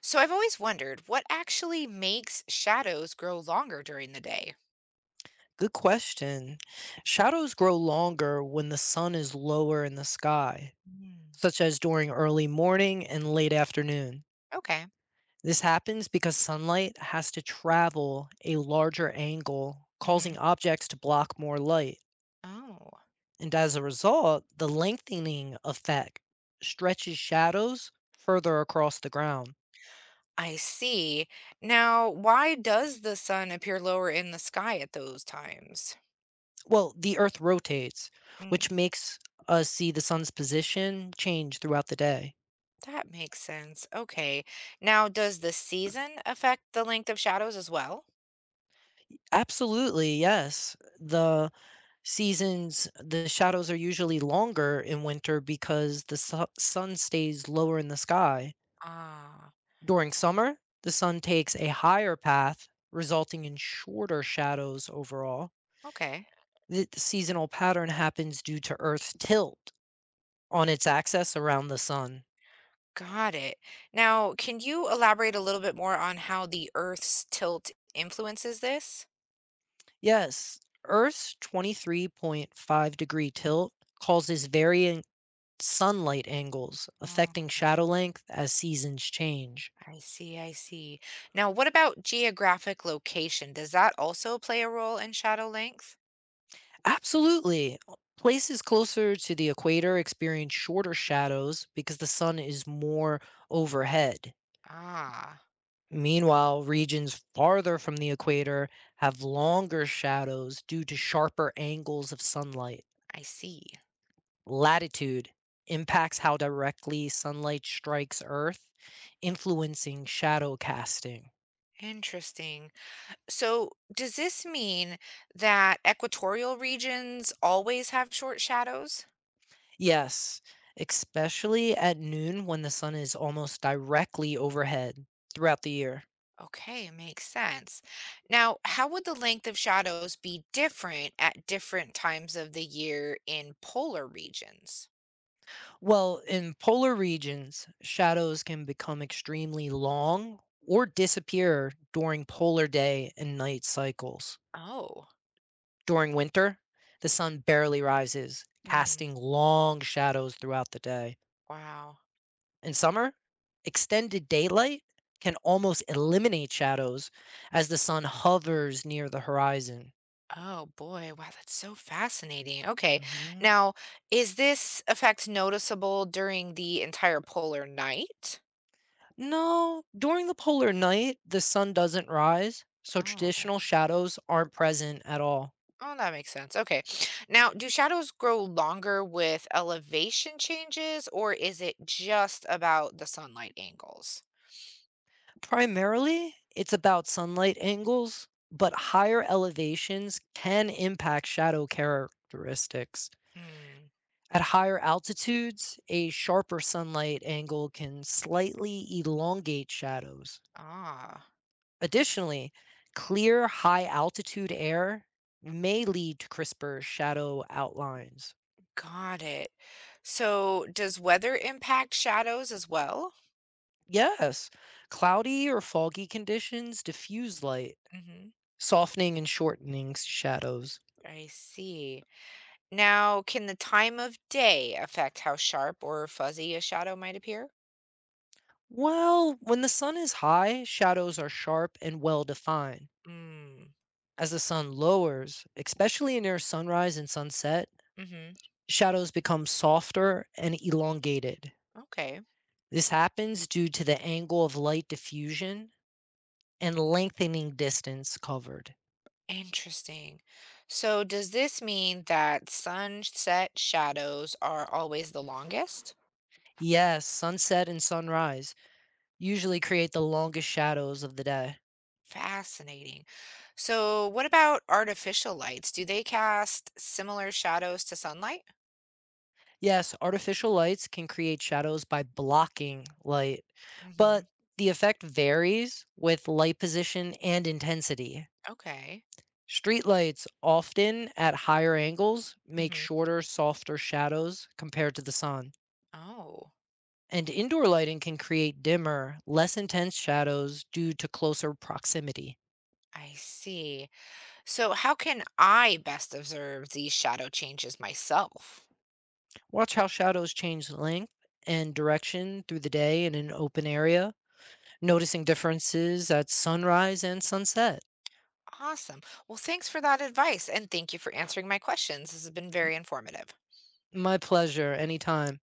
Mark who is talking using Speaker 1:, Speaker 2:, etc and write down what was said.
Speaker 1: So I've always wondered what actually makes shadows grow longer during the day.
Speaker 2: Good question. Shadows grow longer when the sun is lower in the sky,
Speaker 1: Mm.
Speaker 2: such as during early morning and late afternoon.
Speaker 1: Okay.
Speaker 2: This happens because sunlight has to travel a larger angle,
Speaker 1: Hmm.
Speaker 2: causing objects to block more light.
Speaker 1: Oh,
Speaker 2: And as a result, the lengthening effect stretches shadows further across the ground.
Speaker 1: I see. Now, why does the sun appear lower in the sky at those times?
Speaker 2: Well, the earth rotates,
Speaker 1: Mm,
Speaker 2: which makes us see the sun's position change throughout the day.
Speaker 1: that makes sense. Okay. Now, does the season affect the length of shadows as well?
Speaker 2: Absolutely, yes. The seasons, the shadows are usually longer in winter because the sun stays lower in the sky.
Speaker 1: Ah,
Speaker 2: During summer, the sun takes a higher path, resulting in shorter shadows overall.
Speaker 1: okay.
Speaker 2: The seasonal pattern happens due to Earth's tilt on its axis around the sun.
Speaker 1: Got it. Now, can you elaborate a little bit more on how the Earth's tilt influences this?
Speaker 2: Yes, Earth's 23.5 degree tilt causes varying sunlight angles affecting shadow length as seasons change.
Speaker 1: I see, I see. Now, what about geographic location? Does that also play a role in shadow length?
Speaker 2: Absolutely. Places closer to the equator experience shorter shadows because the sun is more overhead.
Speaker 1: Ah,
Speaker 2: Meanwhile, regions farther from the equator have longer shadows due to sharper angles of sunlight.
Speaker 1: I see.
Speaker 2: Latitude impacts how directly sunlight strikes Earth, influencing shadow casting.
Speaker 1: Interesting. So, does this mean that equatorial regions always have short shadows?
Speaker 2: Yes, especially at noon when the sun is almost directly overhead throughout the year.
Speaker 1: Okay, makes sense. Now, how would the length of shadows be different at different times of the year in polar regions?
Speaker 2: Well, in polar regions, shadows can become extremely long or disappear during polar day and night cycles.
Speaker 1: Oh,
Speaker 2: During winter, the sun barely rises,
Speaker 1: hmm,
Speaker 2: casting long shadows throughout the day.
Speaker 1: wow.
Speaker 2: In summer, extended daylight can almost eliminate shadows as the sun hovers near the horizon.
Speaker 1: Oh boy, wow, that's so fascinating. Okay.
Speaker 2: Mhm.
Speaker 1: Now, is this effect noticeable during the entire polar night?
Speaker 2: No, during the polar night, the sun doesn't rise, so
Speaker 1: Oh.
Speaker 2: traditional shadows aren't present at all.
Speaker 1: Oh, that makes sense. Okay. Now, do shadows grow longer with elevation changes, or is it just about the sunlight angles?
Speaker 2: Primarily, it's about sunlight angles, but higher elevations can impact shadow characteristics.
Speaker 1: Hmm.
Speaker 2: At higher altitudes, a sharper sunlight angle can slightly elongate shadows.
Speaker 1: Ah,
Speaker 2: Additionally, clear high altitude air may lead to crisper shadow outlines.
Speaker 1: got it. So, does weather impact shadows as well?
Speaker 2: Yes. Cloudy or foggy conditions diffuse light,
Speaker 1: Mhm.
Speaker 2: softening and shortening shadows.
Speaker 1: I see. Now, can the time of day affect how sharp or fuzzy a shadow might appear?
Speaker 2: Well, when the sun is high, shadows are sharp and well defined.
Speaker 1: Mm.
Speaker 2: As the sun lowers, especially near sunrise and sunset,
Speaker 1: Mm-hmm.
Speaker 2: shadows become softer and elongated.
Speaker 1: Okay.
Speaker 2: This happens due to the angle of light diffusion and lengthening distance covered.
Speaker 1: Interesting. So, does this mean that sunset shadows are always the longest?
Speaker 2: Yes, sunset and sunrise usually create the longest shadows of the day.
Speaker 1: Fascinating. So, what about artificial lights? Do they cast similar shadows to sunlight?
Speaker 2: Yes, artificial lights can create shadows by blocking light,
Speaker 1: Mm-hmm.
Speaker 2: but the effect varies with light position and intensity.
Speaker 1: Okay.
Speaker 2: Street lights, often at higher angles, make
Speaker 1: Mm-hmm.
Speaker 2: shorter, softer shadows compared to the sun.
Speaker 1: Oh,
Speaker 2: And indoor lighting can create dimmer, less intense shadows due to closer proximity.
Speaker 1: I see. So, how can I best observe these shadow changes myself?
Speaker 2: Watch how shadows change length and direction through the day in an open area, noticing differences at sunrise and sunset.
Speaker 1: Awesome. Well, thanks for that advice, and thank you for answering my questions. This has been very informative.
Speaker 2: My pleasure. Anytime.